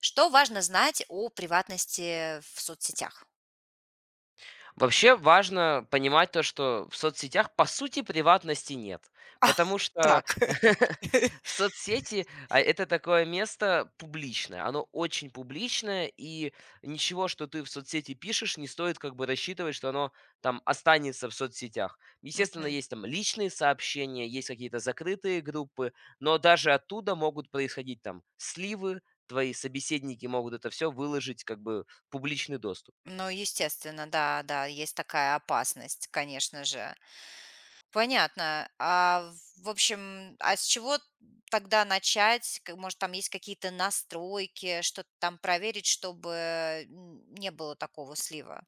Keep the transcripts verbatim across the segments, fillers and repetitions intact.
Что важно знать о приватности в соцсетях? Вообще важно понимать то, что в соцсетях по сути приватности нет, А, потому так. что соцсети- а, это такое место публичное, оно очень публичное, и ничего, что ты в соцсети пишешь, не стоит как бы рассчитывать, что оно там останется в соцсетях. Естественно, Мгм. есть там личные сообщения, есть какие-то закрытые группы, но даже оттуда могут происходить там сливы, твои собеседники могут это все выложить как бы в публичный доступ. Ну, естественно, да, да, есть такая опасность, конечно же. Понятно. А в в общем, а с чего тогда начать? К- Может, там есть какие-то настройки, что-то там проверить, чтобы м, не было такого слива?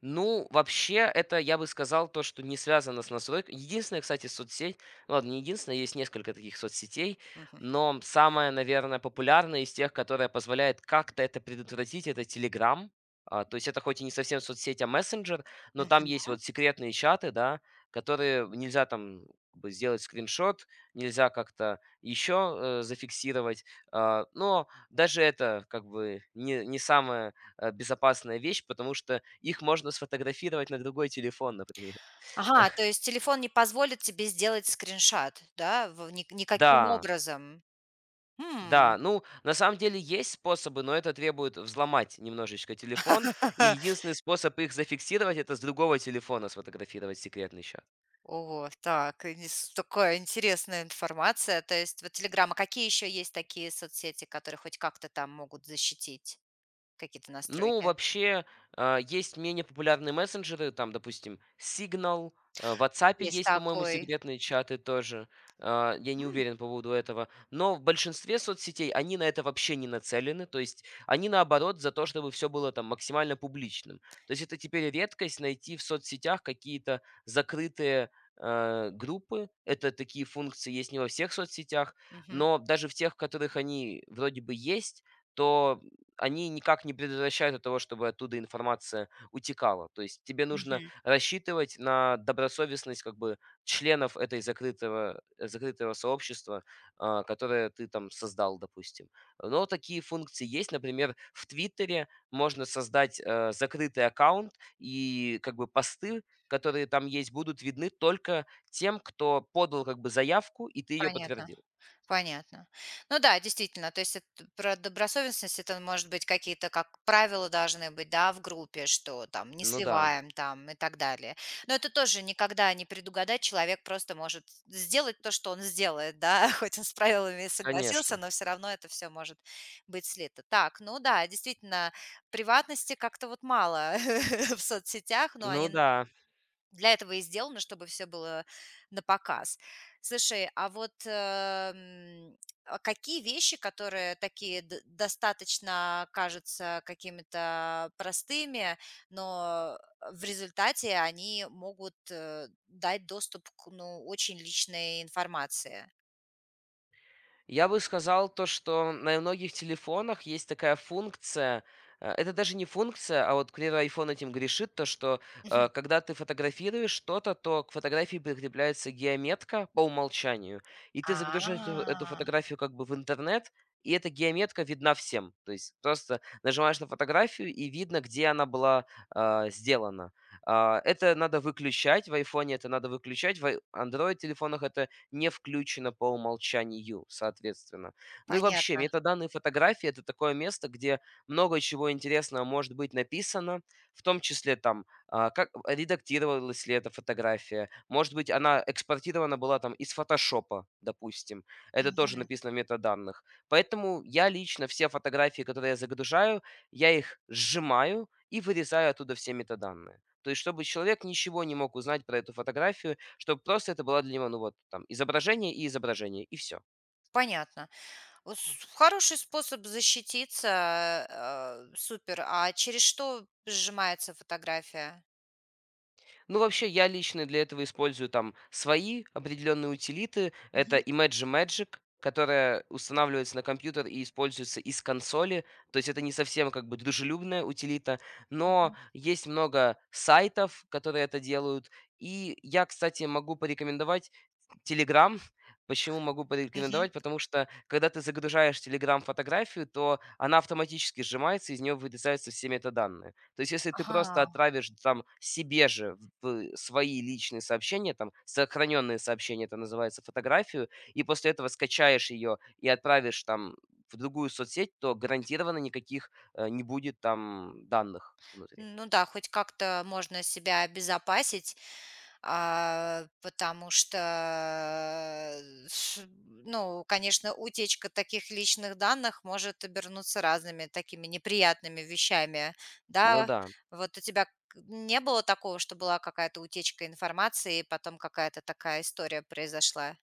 Ну, вообще, это я бы сказал то, что не связано с настройкой. Единственная, кстати, соцсеть, ну, ладно, не единственная, есть несколько таких соцсетей, Мгм. но самая, наверное, популярная из тех, которая позволяет как-то это предотвратить, это Telegram. А, то есть это хоть и не совсем соцсеть, а мессенджер, но там Мгм. есть вот секретные чаты, да, которые нельзя там как бы сделать скриншот, нельзя как-то еще э, зафиксировать. А, но даже это как бы не, не самое э, безопасная вещь, потому что их можно сфотографировать на другой телефон, например. Ага, то есть телефон не позволит тебе сделать скриншот, да, в- ни- никаким Да, образом. Хм. да, ну, на самом деле есть способы, но это требует взломать немножечко телефон. И единственный способ их зафиксировать — это с другого телефона сфотографировать секретный счет. О, так, и нес такая интересная информация. То есть вот «Телеграм», а какие еще есть такие соцсети, которые хоть как-то там могут защитить какие-то Ну, настройки? вообще, а, есть менее популярные мессенджеры, там, допустим, Signal, э, в WhatsApp Есть есть, по-моему, такой. секретные чаты тоже. А, я не М, уверен по поводу этого. Но в большинстве соцсетей они на это вообще не нацелены. То есть они, наоборот, за то, чтобы все было там максимально публичным. То есть это теперь редкость найти в соцсетях какие-то закрытые, э, группы. Это такие функции есть не во всех соцсетях, мгм, но даже в тех, в которых они вроде бы есть, то они никак не предотвращают от того, чтобы оттуда информация утекала. То есть тебе нужно мгм, рассчитывать на добросовестность как бы членов этой закрытого, э, закрытого сообщества, а, которое ты там создал, допустим. Но такие функции есть. Например, в Твиттере можно создать э, закрытый аккаунт, и как бы посты, которые там есть, будут видны только тем, кто подал как бы заявку, и ты ее понятно. подтвердил. Понятно. Ну да, действительно, то есть это про добросовестность, это, может быть, какие-то как правила должны быть, да, в группе, что там не Ну да, сливаем там и так далее. Но это тоже никогда не предугадать, человек просто может сделать то, что он сделает, да, хоть он с правилами и согласился, конечно. но все равно это все может быть слито. Так, ну да, действительно, приватности как-то вот мало в соцсетях, но Ну они да. для этого и сделано, чтобы все было на показ. Слушай, а вот, эм, а какие вещи, которые такие д достаточно кажутся какими-то простыми, но в результате они могут, э, дать доступ к, ну, очень личной информации? Я бы сказал то, что на многих телефонах есть такая функция. э, Это даже не функция, а вот, к примеру, iPhone этим грешит, то, что Мгм. э, когда ты фотографируешь что-то, то к фотографии прикрепляется геометка по умолчанию, и ты загружаешь эту эту А, фотографию как бы в интернет, и эта геометка видна всем. То есть просто нажимаешь на фотографию, и видно, где она была а, сделана. А, это надо выключать, в iPhone это надо выключать, в ай- Android-телефонах это не включено по умолчанию, соответственно. Ну и вообще, понятно. метаданные фотографии — это такое место, где много чего интересного может быть написано, в том числе там, а, как редактировалась ли эта фотография, может быть, она экспортирована была там из фотошопа, допустим. Это тоже Мгм. написано в метаданных. Поэтому я лично все фотографии, которые я загружаю, я их сжимаю и вырезаю оттуда все метаданные. То есть, чтобы человек ничего не мог узнать про эту фотографию, чтобы просто это была для него, ну вот, там, изображение и изображение, и все. Понятно. О, с хороший способ защититься, э, супер. А через что сжимается фотография? Ну, вообще, я лично для этого использую там свои определенные утилиты. Это Мгм, Imagi Magic, которая устанавливается на компьютер и используется из консоли. То есть это не совсем как бы дружелюбная утилита, но мгм, есть много сайтов, которые это делают. И я, кстати, могу порекомендовать Телеграм. Почему могу мгм. порекомендовать? Потому что, когда ты загружаешь Телеграм-фотографию, то она автоматически сжимается, из нее вырезаются все метаданные. То есть, если ты просто Ага. отправишь там себе же в свои личные сообщения, там сохраненные сообщения, это называется, фотографию, и после этого скачаешь ее и отправишь там в другую соцсеть, то гарантированно никаких э, не будет там данных внутри. Ну да, хоть как-то можно себя обезопасить, а, потому что, э, с- ну, конечно, утечка таких личных данных может обернуться разными такими неприятными вещами, Ну да. да. Вот у тебя к- не было такого, что была какая-то утечка информации, и потом какая-то такая история произошла?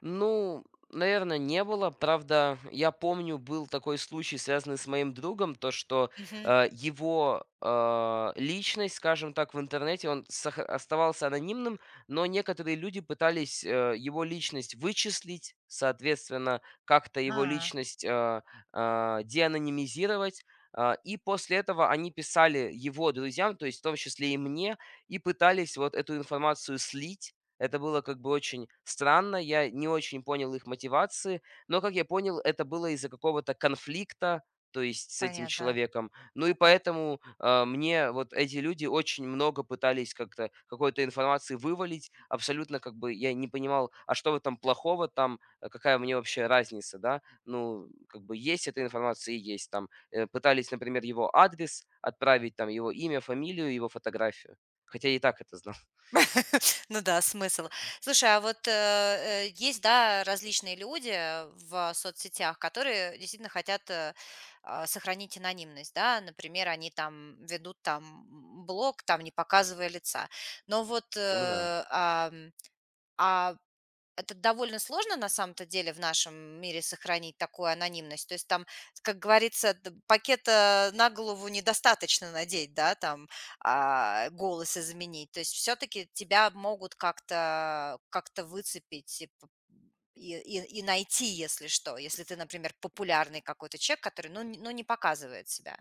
Ну, наверное, не было. Правда, я помню, был такой случай, связанный с моим другом, то, что Мгм. э, его э, личность, скажем так, в интернете, он сох- оставался анонимным, но некоторые люди пытались э, его личность вычислить, соответственно, как-то его А, личность э, э, деанонимизировать. а, И после этого они писали его друзьям, то есть в том числе и мне, и пытались вот эту информацию слить, это было как бы очень странно, я не очень понял их мотивации, но, как я понял, это было из-за какого-то конфликта, то есть с этим понятно. человеком. Ну и поэтому а, мне вот эти люди очень много пытались как-то какой-то информации вывалить, абсолютно как бы я не понимал, а что в этом плохого, там э, какая мне вообще разница, да? Ну, как бы есть эта информация и есть там. Э, Пытались, например, его адрес отправить, там его имя, фамилию, его фотографию. Хотя я и так это знал. Ну да, смысл. Слушай, а вот, э, э, есть, да, различные люди, э, в соцсетях, которые действительно хотят, э, а, сохранить анонимность, да. Например, они там ведут там, блог, там, не показывая лица. Но вот, Ну да. э, ам, а это довольно сложно на самом-то деле в нашем мире сохранить такую анонимность. То есть там, как говорится, д- пакета на голову недостаточно надеть, да, там а, голоса заменить. То есть все-таки тебя могут как-то как-то выцепить и, п- и, и- и найти, если что. Если ты, например, популярный какой-то человек, который, ну, н- ну не показывает себя.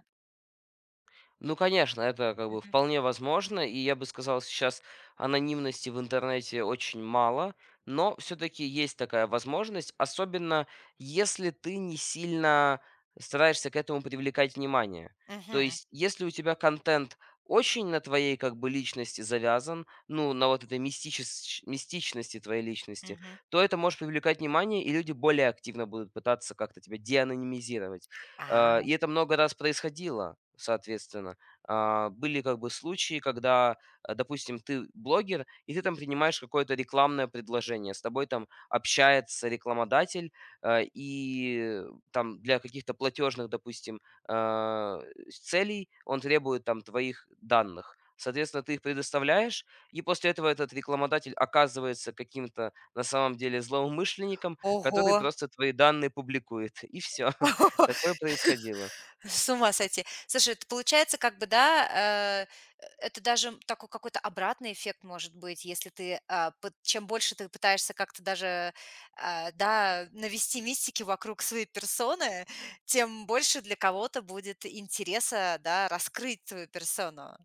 Ну, конечно, это как бы Мгм. вполне возможно, и я бы сказал, сейчас анонимности в интернете очень мало, но все-таки есть такая возможность, особенно если ты не сильно стараешься к этому привлекать внимание. То Мгм. есть, если у тебя контент очень на твоей как бы личности завязан, ну, на вот этой мистичес- мистичности твоей личности, Мгм. то это может привлекать внимание, и люди более активно будут пытаться как-то тебя деанонимизировать. А, Э, и это много раз происходило, соответственно. А, были как бы случаи, когда, э, допустим, ты блогер, и ты там принимаешь какое-то рекламное предложение, с тобой там общается рекламодатель, э, и там для каких-то платежных, допустим, а, целей он требует там твоих данных. Соответственно, ты их предоставляешь, и после этого этот рекламодатель оказывается каким-то на самом деле злоумышленником, который ого. просто твои данные публикует. И все. Такое происходило. С ума сойти. Слушай, это получается как бы, да, э, это даже такой какой-то обратный эффект может быть, если ты, а, пыт чем больше ты пытаешься как-то даже, а, да, навести мистики вокруг своей персоны, тем больше для кого-то будет интереса, да, раскрыть твою персону.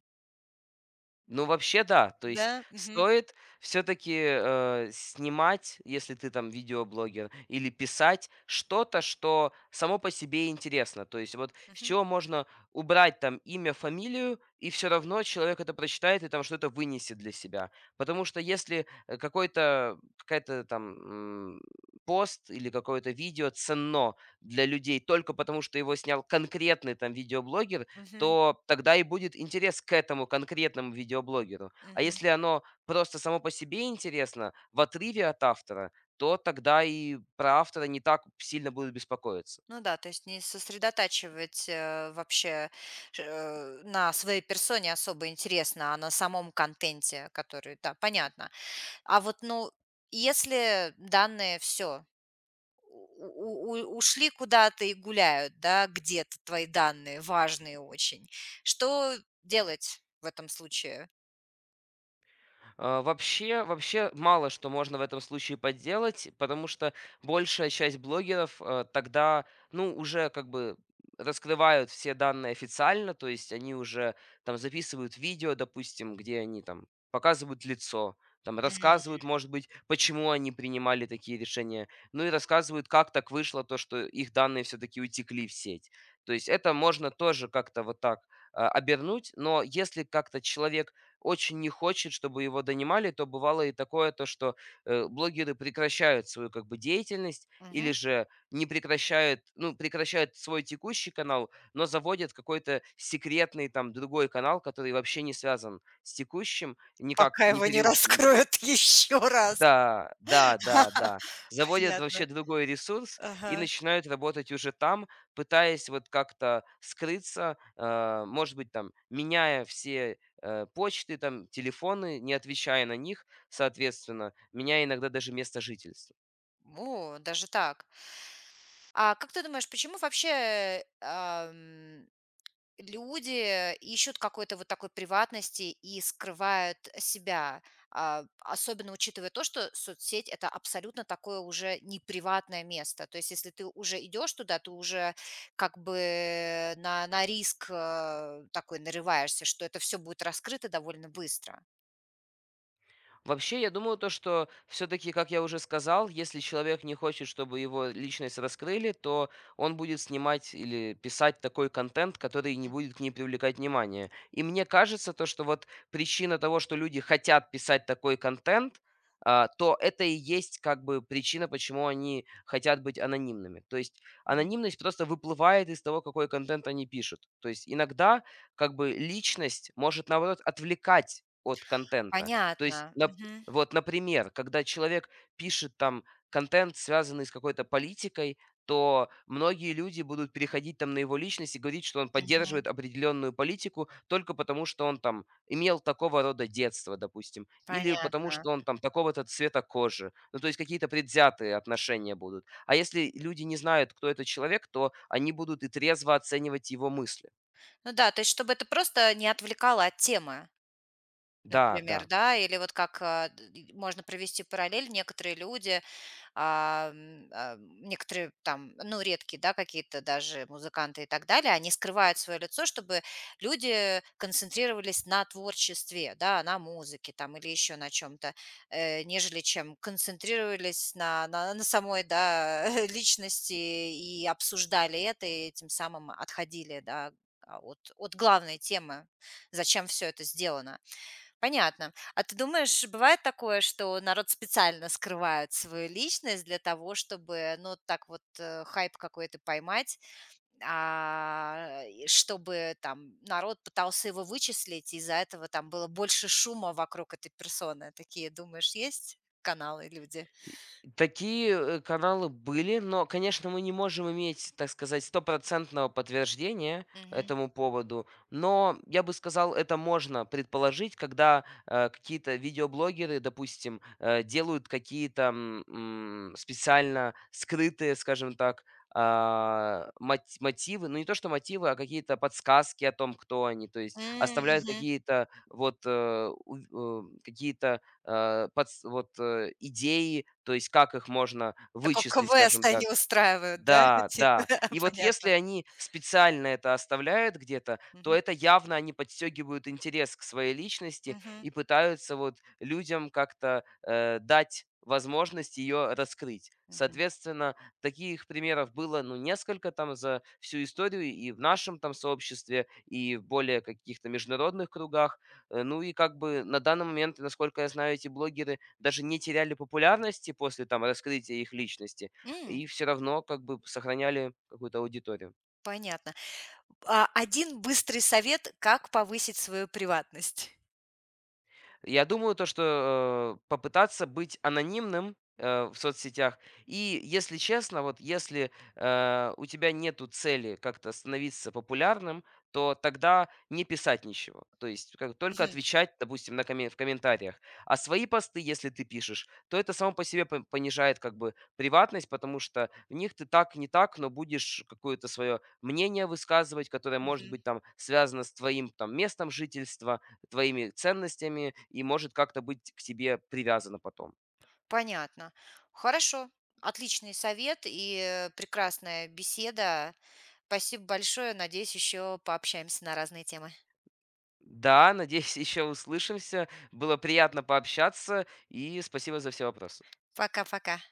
Ну, вообще, да. То есть Да? Мгм. стоит все таки снимать, если ты там видеоблогер, или писать что-то, что само по себе интересно. То есть вот с Мгм. чего можно убрать там имя, фамилию, и все равно человек это прочитает и там что-то вынесет для себя. Потому что если, э, какой-то какая-то там, м, пост или какое-то видео ценно для людей только потому, что его снял конкретный там видеоблогер, Мгм. то тогда и будет интерес к этому конкретному видеоблогеру. А Мгм. если оно просто само по себе интересно, в отрыве от автора, то тогда и про автора не так сильно будут беспокоиться. Ну да, то есть не сосредотачивать э, вообще ш- э, на своей персоне особо интересно, а на самом контенте, который, да, понятно. А вот, ну, если данные все ушли куда-то и гуляют, да, где-то твои данные важные очень, что делать в этом случае? А, вообще вообще мало что можно в этом случае подделать, потому что большая часть блогеров, э, тогда, ну, уже как бы раскрывают все данные официально, то есть они уже там записывают видео, допустим, где они там показывают лицо, там Мгм. рассказывают, может быть, почему они принимали такие решения, ну и рассказывают, как так вышло то, что их данные все-таки утекли в сеть. То есть это можно тоже как-то вот так, а, обернуть, но если как-то человек очень не хочет, чтобы его донимали, то бывало и такое, то что э, блогеры прекращают свою как бы деятельность или Мгм. же не прекращают, ну, прекращают свой текущий канал, но заводят какой-то секретный там другой канал, который вообще не связан с текущим, никак Пока не, его не пере- раскроют еще раз. да, да, да, да. Заводят Понятно. вообще другой ресурс и Ага. начинают работать уже там, пытаясь вот как-то скрыться, э, может быть, там, меняя все э, почты, там, телефоны, не отвечая на них, соответственно, меняя иногда даже место жительства. О, даже так. А как ты думаешь, почему вообще, ам, люди ищут какой-то вот такой приватности и скрывают себя? А, особенно учитывая то, что соцсеть — это абсолютно такое уже неприватное место. То есть если ты уже идешь туда, ты уже как бы на на риск, э, такой нарываешься, что это все будет раскрыто довольно быстро. Вообще, я думаю, то, что все-таки, как я уже сказал, если человек не хочет, чтобы его личность раскрыли, то он будет снимать или писать такой контент, который не Мгм, будет к ней привлекать внимание. И мне кажется, то, что вот причина того, что люди хотят писать такой контент, а, то это и есть как бы причина, почему они хотят быть анонимными. То есть мгм. анонимность просто выплывает из того, какой контент они пишут. То есть иногда как бы личность может, наоборот, отвлекать от контента. То есть, Понятно. нап- Мгм, вот, например, когда человек пишет там контент, связанный с какой-то политикой, то многие люди будут переходить там на его личность и говорить, что он мгм. поддерживает определенную политику только потому, что он там имел такого рода детство, допустим, или потому, Понятно. что он там такого-то цвета кожи. Ну, то есть какие-то предвзятые отношения будут. А если люди не знают, кто этот человек, то они будут и трезво оценивать его мысли. Ну да, то есть чтобы это просто не отвлекало от темы. Да, Например, да. да, или вот как, а, д д можно провести параллель. Некоторые люди, а, м, а, некоторые там, ну, редкие, да, какие-то даже музыканты и так далее, они скрывают свое лицо, чтобы люди концентрировались на творчестве, да, на музыке там или еще на чем то э, нежели чем концентрировались на на на самой, да, личности и обсуждали это, и тем самым отходили, да, а, от от главной темы, зачем все это сделано. Понятно. А ты думаешь, бывает такое, что народ специально скрывает свою личность для того, чтобы, ну, так вот, э, хайп какой-то поймать, а, и чтобы там народ пытался его вычислить, и из-за этого там было больше шума вокруг этой персоны? Такие, думаешь, есть каналы, люди? Такие, э, каналы были, но, конечно, мы не можем иметь, так сказать, стопроцентного подтверждения Мгм. этому поводу. Но я бы сказал, это можно предположить, когда, э, какие-то видеоблогеры, допустим, э, делают какие-то, м, м, специально скрытые, скажем так, а, мать мотивы. Ну, не то что мотивы, а какие-то подсказки о том, кто они. То есть М, оставляют мгм. какие-то вот, э, ув э, какие-то э, подс вот, э, идеи, то есть как их можно Такой вычислить, квест скажем они так, устраивают, да? да, Типа, да. И вот если понятно. они специально это оставляют где-то, то Мгм. это явно они подстегивают интерес к своей личности Мгм. и пытаются вот людям как-то э, дать возможность ее раскрыть. Мгм. Соответственно, таких примеров было ну, несколько там за всю историю и в нашем там сообществе, и в более каких-то международных кругах. Э, Ну и как бы на данный момент, насколько я знаю, эти блогеры даже не теряли популярности после там раскрытия их личности, М, и все равно как бы сохраняли какую-то аудиторию. понятно. А, один быстрый совет, как повысить свою приватность. Я думаю, то, что э, попытаться быть анонимным э, в соцсетях. И, если честно, вот если э, у тебя нету цели как-то становиться популярным, то тогда не писать ничего. То есть как, только Мгм, отвечать, допустим, на коммен- в комментариях. А свои посты, если ты пишешь, то это само по себе по- понижает как бы приватность, потому что в них ты так не так, но будешь какое-то свое мнение высказывать, которое может мгм. быть там связано с твоим там местом жительства, твоими ценностями и может как-то быть к тебе привязано потом. Понятно. Хорошо. Отличный совет и, э, прекрасная беседа. Спасибо большое. Надеюсь, еще пообщаемся на разные темы. Да, надеюсь, еще услышимся. Было приятно пообщаться и спасибо за все вопросы. Пока-пока.